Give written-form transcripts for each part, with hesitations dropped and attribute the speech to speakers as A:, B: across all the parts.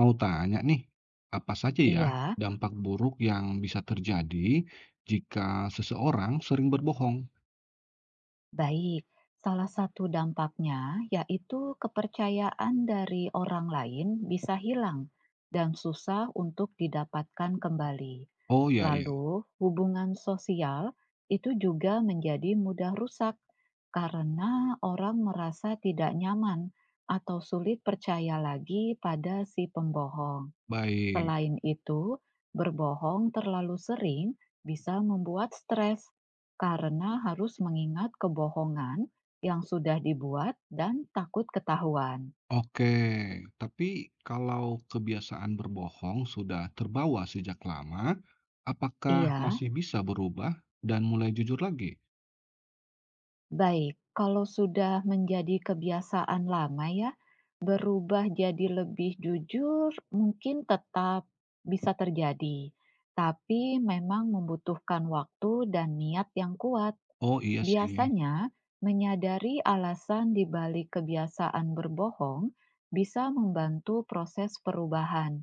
A: Mau tanya nih, apa saja ya
B: Iya,
A: dampak buruk yang bisa terjadi jika seseorang sering berbohong?
B: baik. Salah satu dampaknya yaitu kepercayaan dari orang lain bisa hilang dan susah untuk didapatkan kembali.
A: Oh ya, ya,
B: Lalu, hubungan sosial itu juga menjadi mudah rusak karena orang merasa tidak nyaman atau sulit percaya lagi pada si pembohong.
A: baik.
B: Selain itu, berbohong terlalu sering bisa membuat stres karena harus mengingat kebohongan yang sudah dibuat dan takut ketahuan.
A: Oke, tapi kalau kebiasaan berbohong sudah terbawa sejak lama, apakah
B: Iya,
A: masih bisa berubah dan mulai jujur lagi?
B: baik. Kalau sudah menjadi kebiasaan lama ya, berubah jadi lebih jujur mungkin tetap bisa terjadi, tapi memang membutuhkan waktu dan niat yang kuat.
A: Oh iya sih,
B: Biasanya, menyadari alasan di balik kebiasaan berbohong bisa membantu proses perubahan,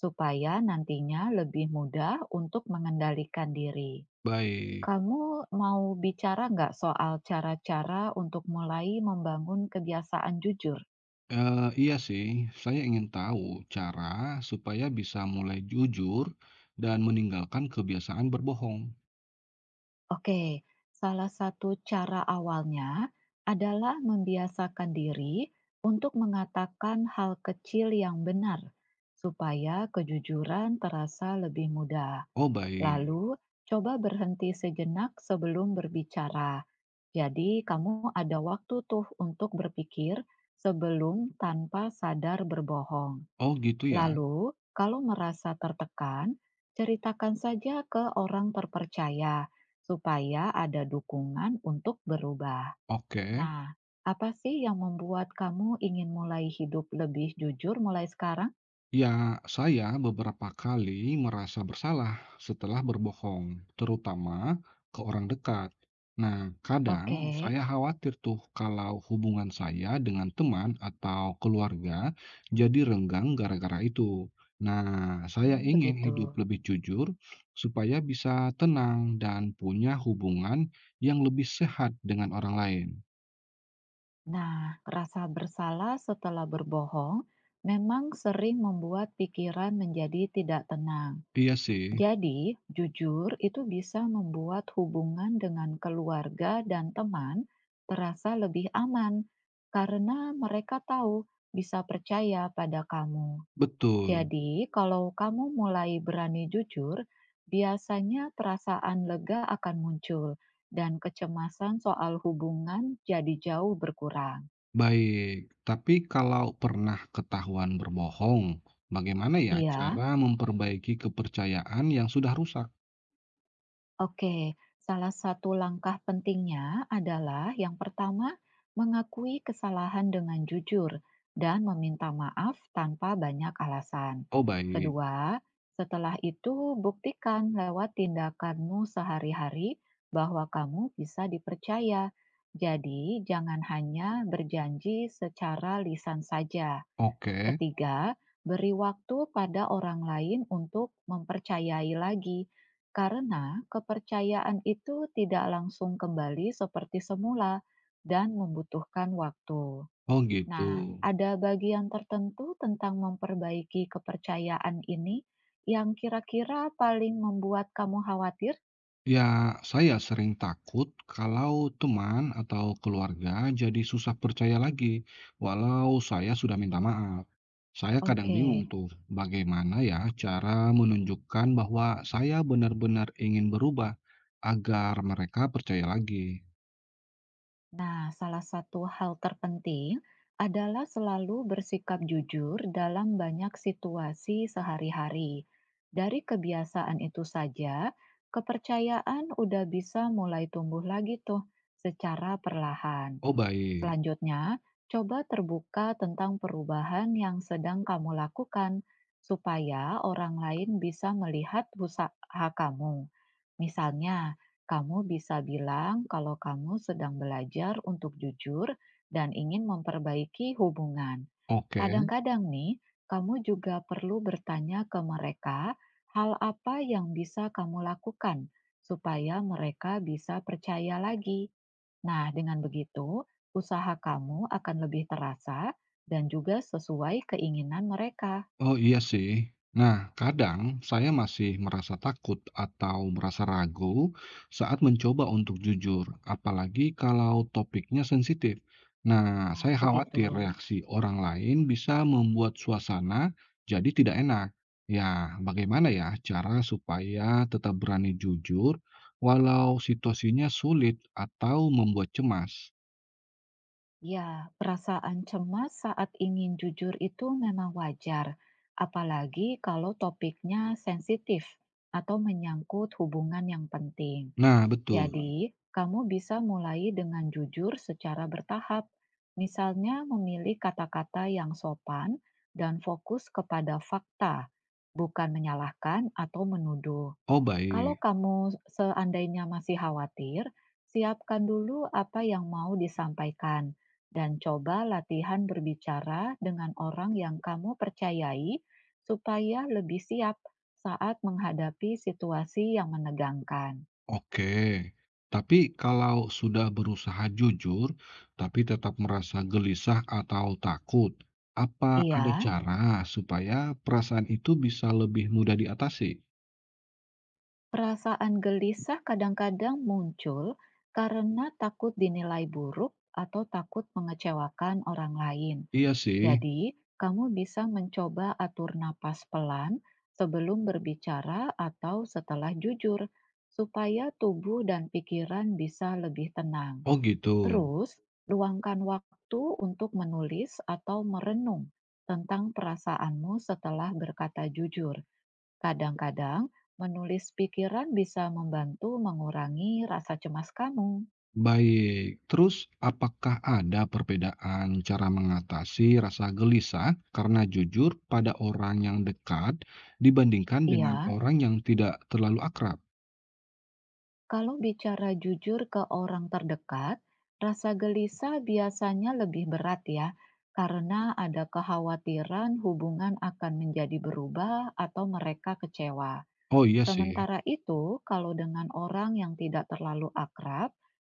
B: supaya nantinya lebih mudah untuk mengendalikan diri.
A: baik.
B: Kamu mau bicara nggak soal cara-cara untuk mulai membangun kebiasaan jujur?
A: Iya sih, saya ingin tahu cara supaya bisa mulai jujur dan meninggalkan kebiasaan berbohong.
B: Oke, salah satu cara awalnya adalah membiasakan diri untuk mengatakan hal kecil yang benar, supaya kejujuran terasa lebih mudah.
A: Oh baik.
B: Lalu, coba berhenti sejenak sebelum berbicara. Jadi, kamu ada waktu tuh untuk berpikir sebelum tanpa sadar berbohong.
A: Oh gitu ya?
B: Lalu, kalau merasa tertekan, ceritakan saja ke orang terpercaya supaya ada dukungan untuk berubah.
A: Oke.
B: Nah, apa sih yang membuat kamu ingin mulai hidup lebih jujur mulai sekarang?
A: Ya, saya beberapa kali merasa bersalah setelah berbohong, terutama ke orang dekat. Nah, kadang
B: Oke,
A: saya khawatir tuh kalau hubungan saya dengan teman atau keluarga jadi renggang gara-gara itu. Nah, saya
B: hmm,
A: ingin
B: begitu.
A: hidup lebih jujur supaya bisa tenang dan punya hubungan yang lebih sehat dengan orang lain.
B: Nah, rasa bersalah setelah berbohong memang sering membuat pikiran menjadi tidak tenang.
A: Iya sih,
B: Jadi, jujur itu bisa membuat hubungan dengan keluarga dan teman terasa lebih aman karena mereka tahu bisa percaya pada kamu.
A: betul.
B: Jadi, kalau kamu mulai berani jujur, biasanya perasaan lega akan muncul dan kecemasan soal hubungan jadi jauh berkurang.
A: Baik, tapi kalau pernah ketahuan berbohong, bagaimana ya
B: Iya,
A: cara memperbaiki kepercayaan yang sudah rusak?
B: oke, salah satu langkah pentingnya adalah yang pertama, mengakui kesalahan dengan jujur dan meminta maaf tanpa banyak alasan.
A: Oh, baik.
B: Kedua, setelah itu buktikan lewat tindakanmu sehari-hari bahwa kamu bisa dipercaya. Jadi, jangan hanya berjanji secara lisan saja.
A: Oke.
B: Ketiga, beri waktu pada orang lain untuk mempercayai lagi, karena kepercayaan itu tidak langsung kembali seperti semula dan membutuhkan waktu.
A: Oh, gitu.
B: Nah, ada bagian tertentu tentang memperbaiki kepercayaan ini yang kira-kira paling membuat kamu khawatir?
A: Ya, saya sering takut kalau teman atau keluarga jadi susah percaya lagi, walau saya sudah minta maaf. Saya kadang
B: Oke.
A: bingung tuh, bagaimana ya cara menunjukkan bahwa saya benar-benar ingin berubah agar mereka percaya lagi.
B: Nah, salah satu hal terpenting adalah selalu bersikap jujur dalam banyak situasi sehari-hari. Dari kebiasaan itu saja, kepercayaan udah bisa mulai tumbuh lagi tuh secara perlahan.
A: Oh, baik.
B: Selanjutnya, coba terbuka tentang perubahan yang sedang kamu lakukan supaya orang lain bisa melihat usaha kamu. Misalnya, kamu bisa bilang kalau kamu sedang belajar untuk jujur dan ingin memperbaiki hubungan.
A: Oke,
B: Kadang-kadang nih, kamu juga perlu bertanya ke mereka hal apa yang bisa kamu lakukan supaya mereka bisa percaya lagi. Nah, dengan begitu, usaha kamu akan lebih terasa dan juga sesuai keinginan mereka.
A: oh iya sih. Nah, kadang saya masih merasa takut atau merasa ragu saat mencoba untuk jujur, apalagi kalau topiknya sensitif. Nah,
B: Ah,
A: saya
B: begitu.
A: khawatir reaksi orang lain bisa membuat suasana jadi tidak enak. Ya, bagaimana ya cara supaya tetap berani jujur walau situasinya sulit atau membuat cemas?
B: Ya, perasaan cemas saat ingin jujur itu memang wajar, apalagi kalau topiknya sensitif atau menyangkut hubungan yang penting.
A: Nah, betul.
B: Jadi, kamu bisa mulai dengan jujur secara bertahap, misalnya memilih kata-kata yang sopan dan fokus kepada fakta, bukan menyalahkan atau menuduh.
A: Oh,
B: Kalau
A: baik.
B: kamu seandainya masih khawatir, siapkan dulu apa yang mau disampaikan dan coba latihan berbicara dengan orang yang kamu percayai supaya lebih siap saat menghadapi situasi yang menegangkan.
A: Oke, tapi kalau sudah berusaha jujur, tapi tetap merasa gelisah atau takut, apa ada
B: Iya,
A: cara supaya perasaan itu bisa lebih mudah diatasi?
B: perasaan gelisah kadang-kadang muncul karena takut dinilai buruk atau takut mengecewakan orang lain.
A: Iya sih.
B: Jadi, kamu bisa mencoba atur napas pelan sebelum berbicara atau setelah jujur, supaya tubuh dan pikiran bisa lebih tenang.
A: Oh gitu.
B: Terus, luangkan waktu untuk menulis atau merenung tentang perasaanmu setelah berkata jujur. Kadang-kadang, menulis pikiran bisa membantu mengurangi rasa cemas kamu.
A: Baik. Terus, apakah ada perbedaan cara mengatasi rasa gelisah karena jujur pada orang yang dekat dibandingkan dengan
B: Iya.
A: orang yang tidak terlalu akrab?
B: Kalau bicara jujur ke orang terdekat, rasa gelisah biasanya lebih berat ya, karena ada kekhawatiran hubungan akan menjadi berubah atau mereka kecewa.
A: Oh iya sih.
B: Sementara itu, kalau dengan orang yang tidak terlalu akrab,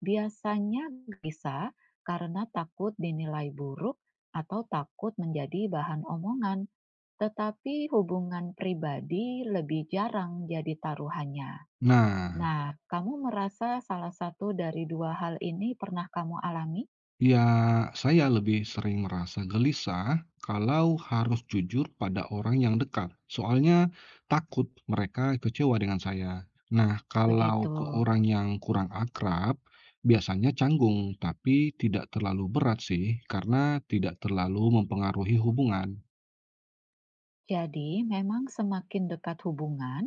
B: biasanya gelisah karena takut dinilai buruk atau takut menjadi bahan omongan, tetapi hubungan pribadi lebih jarang jadi taruhannya.
A: Nah,
B: Nah, kamu merasa salah satu dari dua hal ini pernah kamu alami?
A: ya, saya lebih sering merasa gelisah kalau harus jujur pada orang yang dekat. Soalnya takut mereka kecewa dengan saya. Nah, kalau
B: Begitu.
A: ke orang yang kurang akrab, biasanya canggung, tapi tidak terlalu berat sih, karena tidak terlalu mempengaruhi hubungan.
B: Jadi, memang semakin dekat hubungan,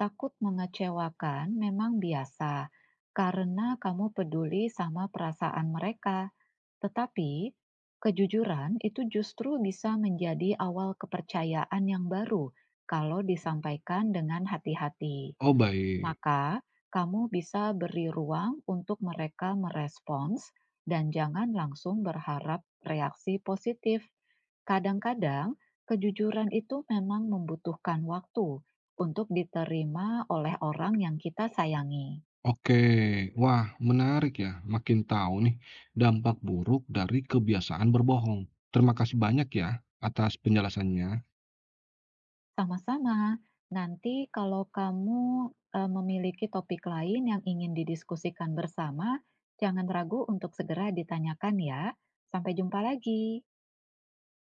B: takut mengecewakan memang biasa karena kamu peduli sama perasaan mereka. Tetapi, kejujuran itu justru bisa menjadi awal kepercayaan yang baru kalau disampaikan dengan hati-hati.
A: Oh, baik.
B: Maka, kamu bisa beri ruang untuk mereka merespons dan jangan langsung berharap reaksi positif. Kadang-kadang, kejujuran itu memang membutuhkan waktu untuk diterima oleh orang yang kita sayangi.
A: Oke, wah, menarik ya. Makin tahu nih dampak buruk dari kebiasaan berbohong. Terima kasih banyak ya atas penjelasannya.
B: Sama-sama, nanti kalau kamu memiliki topik lain yang ingin didiskusikan bersama, jangan ragu untuk segera ditanyakan ya. Sampai jumpa lagi.